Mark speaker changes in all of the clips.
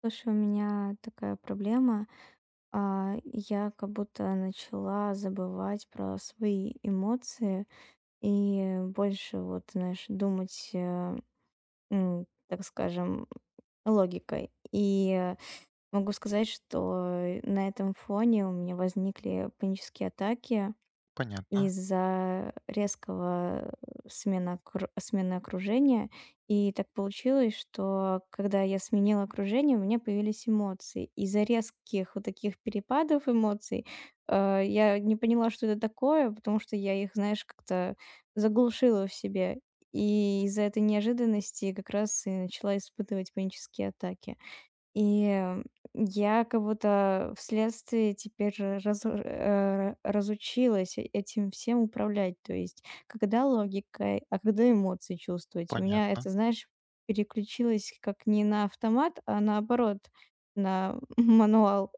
Speaker 1: Слушай, у меня такая проблема. Я как будто начала забывать про свои эмоции и больше, вот, знаешь, думать, так скажем, логикой. И могу сказать, что на этом фоне у меня возникли панические атаки
Speaker 2: Понятно,
Speaker 1: из-за резкого смены окружения. И так получилось, что когда я сменила окружение, у меня появились эмоции. Из-за резких вот таких перепадов эмоций я не поняла, что это такое, потому что я их, знаешь, как-то заглушила в себе. И из-за этой неожиданности как раз и начала испытывать панические атаки. И я как будто вследствие теперь разучилась этим всем управлять. То есть когда логика, а когда эмоции чувствовать. У меня
Speaker 2: понятно.
Speaker 1: это, знаешь, переключилось как не на автомат, а наоборот, на мануал.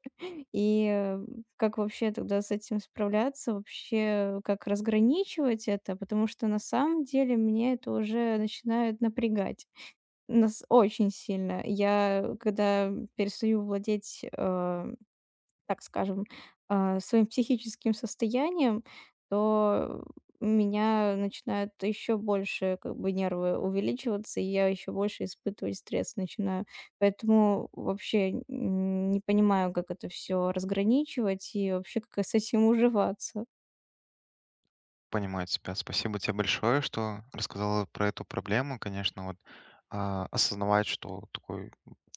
Speaker 1: И, э, как вообще тогда с этим справляться? Вообще, как разграничивать это? Потому что на самом деле мне это уже начинает напрягать. Нас очень сильно. Я, когда перестаю владеть, так скажем, своим психическим состоянием, то меня начинают еще больше как бы нервы увеличиваться, и я еще больше испытывать стресс начинаю. Поэтому вообще не понимаю, как это все разграничивать и вообще как с этим уживаться.
Speaker 2: Понимаю тебя. Спасибо тебе большое, что рассказала про эту проблему. Конечно, вот осознавать, что такой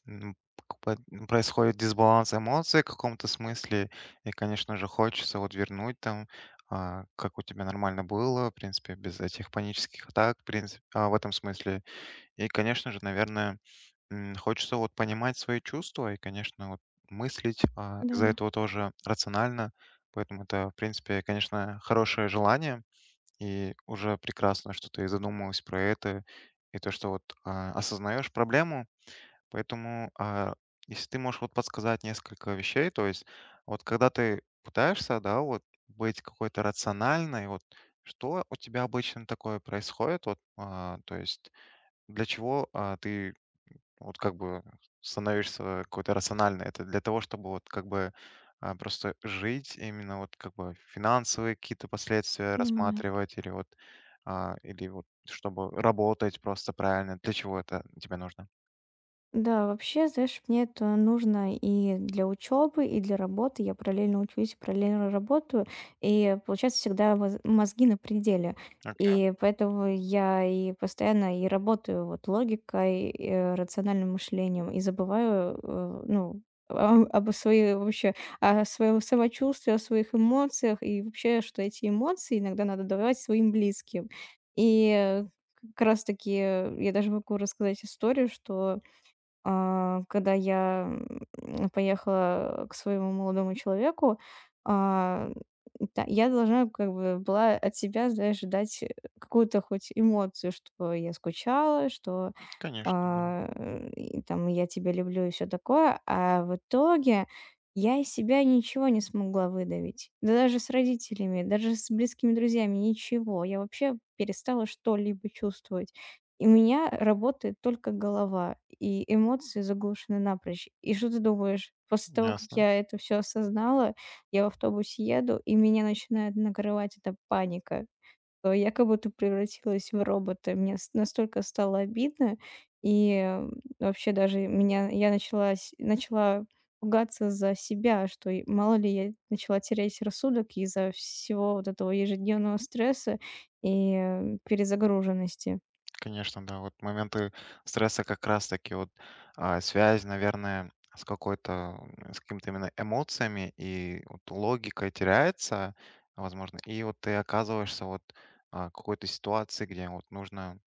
Speaker 2: м, как бы происходит дисбаланс эмоций в каком-то смысле, и, конечно же, хочется вот вернуть там, как у тебя нормально было, в принципе, без этих панических атак, в принципе, в этом смысле. И, конечно же, наверное, хочется вот понимать свои чувства и, конечно, вот мыслить
Speaker 1: Да,
Speaker 2: из-за этого тоже рационально. Поэтому это, в принципе, конечно, хорошее желание. И уже прекрасно, что ты задумалась про это. И то, что вот осознаешь проблему. Поэтому, если ты можешь вот подсказать несколько вещей, то есть вот когда ты пытаешься, да, вот быть какой-то рациональной, вот что у тебя обычно такое происходит, вот, то есть для чего, ты вот как бы становишься какой-то рациональной? Это для того, чтобы вот как бы, просто жить, именно вот как бы финансовые какие-то последствия
Speaker 1: понимаю.
Speaker 2: рассматривать или вот, или вот чтобы работать просто правильно? Для чего это тебе нужно?
Speaker 1: Да, вообще, знаешь, мне это нужно и для учебы, и для работы. Я параллельно учусь, параллельно работаю, и получается всегда мозги на пределе.
Speaker 2: Окей,
Speaker 1: И поэтому я и постоянно и работаю вот логикой, рациональным мышлением, и забываю, ну, об своей вообще, о своем самочувствии, о своих эмоциях, и вообще, что эти эмоции иногда надо давать своим близким. И э, как раз-таки я даже могу рассказать историю, что когда я, поехала к своему молодому человеку, а, та я должна как бы была от себя, знаешь, дать какую-то хоть эмоцию, что я скучала, что
Speaker 2: конечно, да.
Speaker 1: и там я тебя люблю и все такое, а в итоге я из себя ничего не смогла выдавить. Да даже с родителями, даже с близкими друзьями, ничего. Я вообще перестала что-либо чувствовать. И у меня работает только голова, и эмоции заглушены напрочь. И что ты думаешь? После того, как
Speaker 2: Ясно.
Speaker 1: я это все осознала, я в автобусе еду, и меня начинает накрывать эта паника, что я как будто превратилась в робота. Мне настолько стало обидно, вообще даже меня я начала начала пугаться за себя, что мало ли я начала терять рассудок из-за всего вот этого ежедневного стресса перезагруженности.
Speaker 2: Конечно, да. Вот моменты стресса как раз-таки вот связь, наверное, с какой-то, с какими-то именно эмоциями и вот логикой теряется, возможно, и вот ты оказываешься вот в какой-то ситуации, где вот нужно,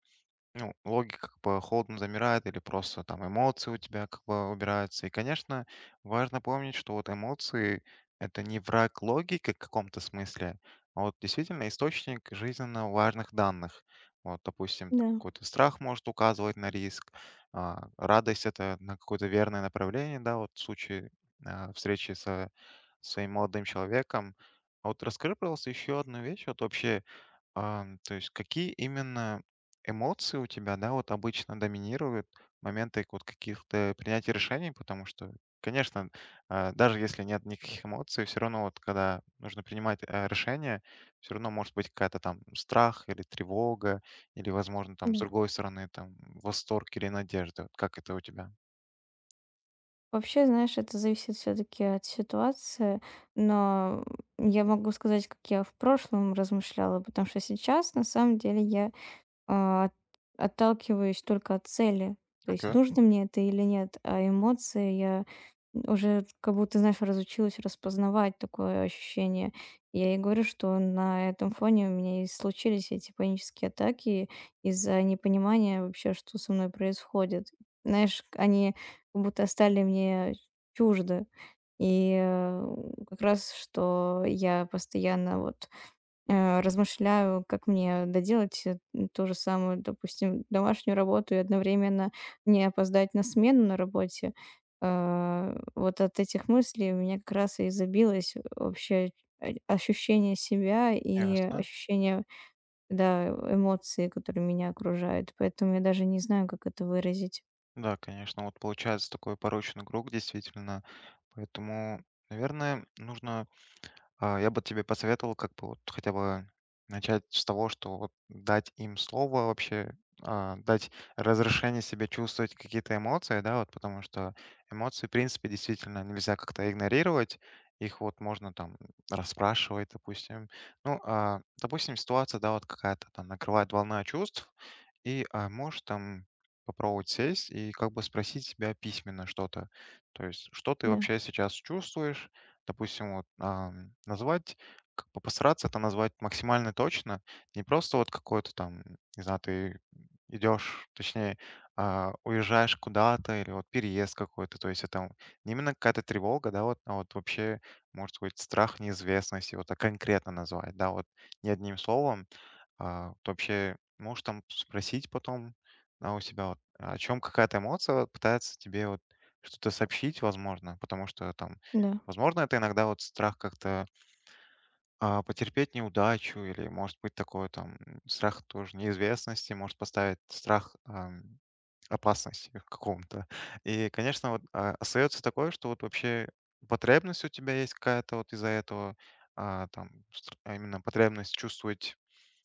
Speaker 2: ну, логика как бы холодно замирает или просто там эмоции у тебя как бы убираются. И, конечно, важно помнить, что вот эмоции — это не враг логики в каком-то смысле, а вот действительно источник жизненно важных данных. Вот, допустим,
Speaker 1: Да,
Speaker 2: какой-то страх может указывать на риск, радость — это на какое-то верное направление, да, вот в случае встречи со своим молодым человеком. А вот расскажи, пожалуйста, еще одну вещь. Вот вообще, то есть, какие именно эмоции у тебя, да, вот обычно доминируют моменты вот каких-то принятия решений? Потому что, конечно, даже если нет никаких эмоций, все равно вот когда нужно принимать решение, все равно может быть какая-то там страх или тревога, или, возможно, там с
Speaker 1: да.
Speaker 2: другой стороны там восторг или надежда. Вот как это у тебя?
Speaker 1: Вообще, знаешь, это зависит все-таки от ситуации, но я могу сказать, как я в прошлом размышляла, потому что сейчас, на самом деле, я а, от- отталкиваюсь только от цели. То есть
Speaker 2: Окей,
Speaker 1: нужно мне это или нет, а эмоции я уже как будто, знаешь, разучилась распознавать такое ощущение. Я и говорю, что на этом фоне у меня и случились эти панические атаки из-за непонимания вообще, что со мной происходит. Знаешь, они как будто стали мне чужды. И э, как раз, что я постоянно размышляю, как мне доделать, ту же самую, допустим, домашнюю работу и одновременно не опоздать на смену на работе. Вот от этих мыслей у меня как раз и забилось вообще о ощущение себя и
Speaker 2: ясно.
Speaker 1: ощущение, да, эмоций, которые меня окружают. Поэтому я даже не знаю, как это выразить.
Speaker 2: Да, конечно, вот получается такой порочный круг, действительно. Поэтому, наверное, нужно. Я бы тебе посоветовал как бы вот хотя бы начать с того, что вот дать им слово вообще, дать разрешение себе чувствовать какие-то эмоции, да, вот потому что эмоции, в принципе, действительно нельзя как-то игнорировать, их вот можно там расспрашивать, допустим. Ну, допустим, ситуация, да, вот какая-то там накрывает волна чувств, и можешь там попробовать сесть и как бы спросить себя письменно что-то. То есть, что ты
Speaker 1: Да,
Speaker 2: вообще сейчас чувствуешь, допустим, вот, назвать, как бы постараться это назвать максимально точно, не просто вот какой-то там, не знаю, ты идешь, точнее, уезжаешь куда-то или вот переезд какой-то, то есть это не именно какая-то тревога, да, вот, а вот вообще, может быть, страх неизвестности, вот так конкретно назвать, да, вот не одним словом, вот вообще можешь там спросить потом, у себя вот, о чем какая-то эмоция вот пытается тебе вот что-то сообщить, возможно. Потому что там,
Speaker 1: да,
Speaker 2: возможно, это иногда вот страх как-то, потерпеть неудачу или, может быть, такое там, страх тоже неизвестности может поставить, страх, опасности в каком-то. И, конечно, вот, остается такое, что вот вообще потребность у тебя есть какая-то вот из-за этого, там, а именно потребность чувствовать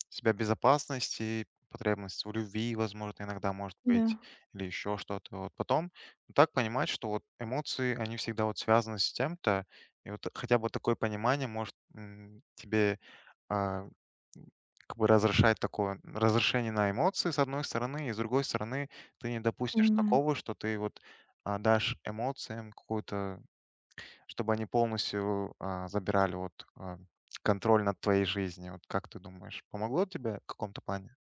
Speaker 2: себя в безопасности, потребность в любви, возможно, иногда может быть,
Speaker 1: да,
Speaker 2: или еще что-то. Вот потом так понимать, что вот эмоции, они всегда вот связаны с тем-то, и вот хотя бы такое понимание может, тебе а, м, как бы разрешать такое разрешение на эмоции, с одной стороны, и с другой стороны ты не допустишь
Speaker 1: понимаю.
Speaker 2: такого, что ты вот, дашь эмоциям какую-то, чтобы они полностью, забирали вот, контроль над твоей жизнью. Вот как ты думаешь, помогло тебе в каком-то плане?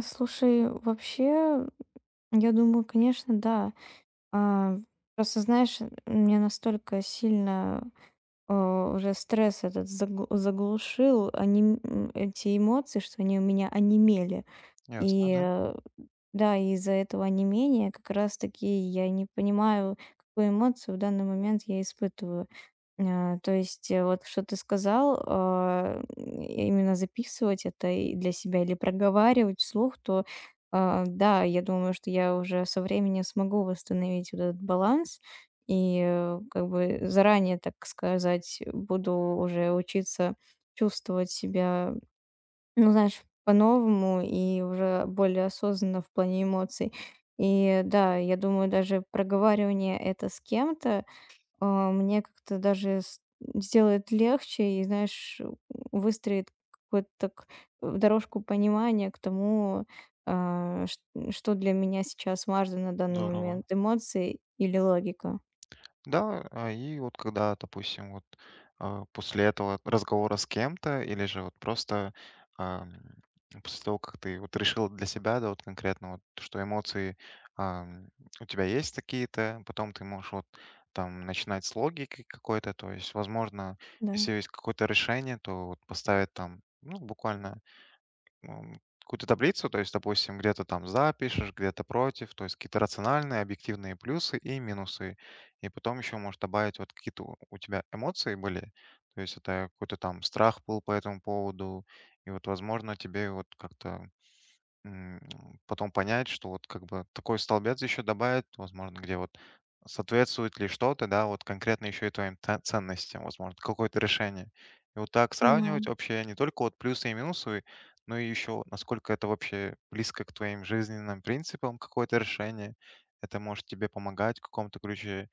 Speaker 1: Слушай, вообще, я думаю, конечно, да. А, просто, знаешь, мне настолько сильно, уже стресс этот заглушил, они эти эмоции, что они у меня онемели.
Speaker 2: Ясно,
Speaker 1: И,
Speaker 2: да?
Speaker 1: э, да, из-за этого онемения как раз таки я не понимаю, какую эмоцию в данный момент я испытываю. То есть, вот что ты сказал, именно записывать это и для себя или проговаривать вслух, то, да, я думаю, что я уже со временем смогу восстановить вот этот баланс как бы заранее, так сказать, буду уже учиться чувствовать себя, ну, знаешь, по-новому и уже более осознанно в плане эмоций. И да, я думаю, даже проговаривание это с кем-то мне как-то даже с сделает легче и, знаешь, выстроит какую-то так дорожку понимания к тому, а, ш что для меня сейчас важно на данный
Speaker 2: Здорово.
Speaker 1: момент: эмоции или логика.
Speaker 2: Да, и вот когда, допустим, вот после этого разговора с кем-то, или же вот просто, ам, после того, как ты вот решил для себя, да, вот конкретно, вот, что эмоции, ам, у тебя есть такие-то, потом ты можешь вот там начинать с логики какой-то, то есть, возможно,
Speaker 1: Да,
Speaker 2: если есть какое-то решение, то вот поставить там, ну, буквально, какую-то таблицу, то есть, допустим, где-то там за, где-то против, то есть какие-то рациональные, объективные плюсы и минусы. И потом еще можешь добавить вот какие-то у тебя эмоции были, то есть это какой-то там страх был по этому поводу, и вот, возможно, тебе вот как-то, М, потом понять, что вот как бы такой столбец еще добавит, возможно, где вот соответствует ли что-то, да, вот конкретно еще и твоим ценностям, возможно, какое-то решение. И вот так сравнивать
Speaker 1: понимаю.
Speaker 2: вообще не только вот плюсы и минусы, но и еще вот насколько это вообще близко к твоим жизненным принципам, какое-то решение. Это может тебе помогать в каком-то ключе.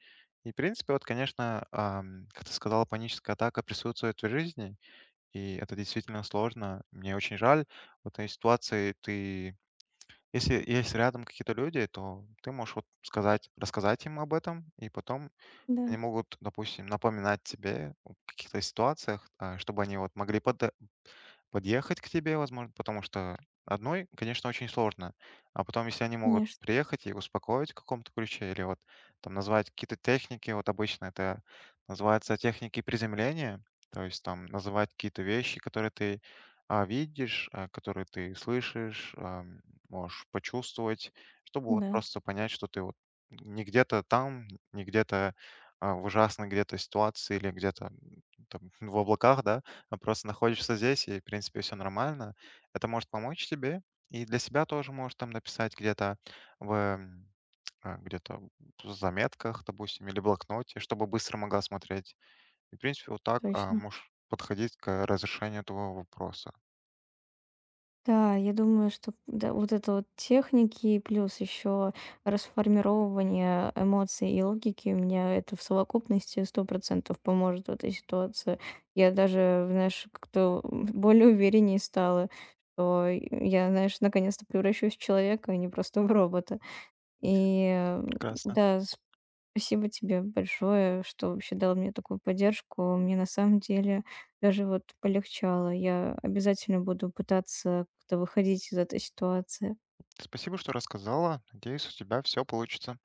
Speaker 2: И, в принципе, вот, конечно, как ты сказала, паническая атака присутствует в жизни, и это действительно сложно. Мне очень жаль. Вот в этой ситуации ты, если есть рядом какие-то люди, то ты можешь вот сказать, рассказать им об этом, и потом
Speaker 1: Да,
Speaker 2: они могут, допустим, напоминать тебе о каких-то ситуациях, чтобы они вот могли подъехать к тебе, возможно, потому что одной, конечно, очень сложно. А потом, если они могут
Speaker 1: конечно.
Speaker 2: приехать и успокоить в каком-то ключе, или вот там назвать какие-то техники, вот обычно это называется техники приземления, то есть там называть какие-то вещи, которые ты видишь, которые ты слышишь, можешь почувствовать, чтобы вот
Speaker 1: Да,
Speaker 2: просто понять, что ты вот не где-то там, не где-то в ужасной где-то ситуации или где-то, там в облаках, да, а просто находишься здесь, и, в принципе, все нормально. Это может помочь тебе, и для себя тоже можешь там написать где-то в, где-то в заметках, допустим, или блокноте, чтобы быстро могла смотреть. И, в принципе, вот так,
Speaker 1: точно.
Speaker 2: можешь подходить к разрешению этого вопроса.
Speaker 1: Да, я думаю, что да, вот это вот техники, плюс еще расформирование эмоций и логики, мне это в совокупности 100% поможет в этой ситуации. Я даже, знаешь, как-то более увереннее стала, что я, знаешь, наконец-то превращусь в человека, а не просто в робота. И э,
Speaker 2: Прекрасно.
Speaker 1: да, спасибо тебе большое, что вообще дал мне такую поддержку. Мне на самом деле даже вот полегчало. Я обязательно буду пытаться как-то выходить из этой ситуации.
Speaker 2: Спасибо, что рассказала. Надеюсь, у тебя все получится.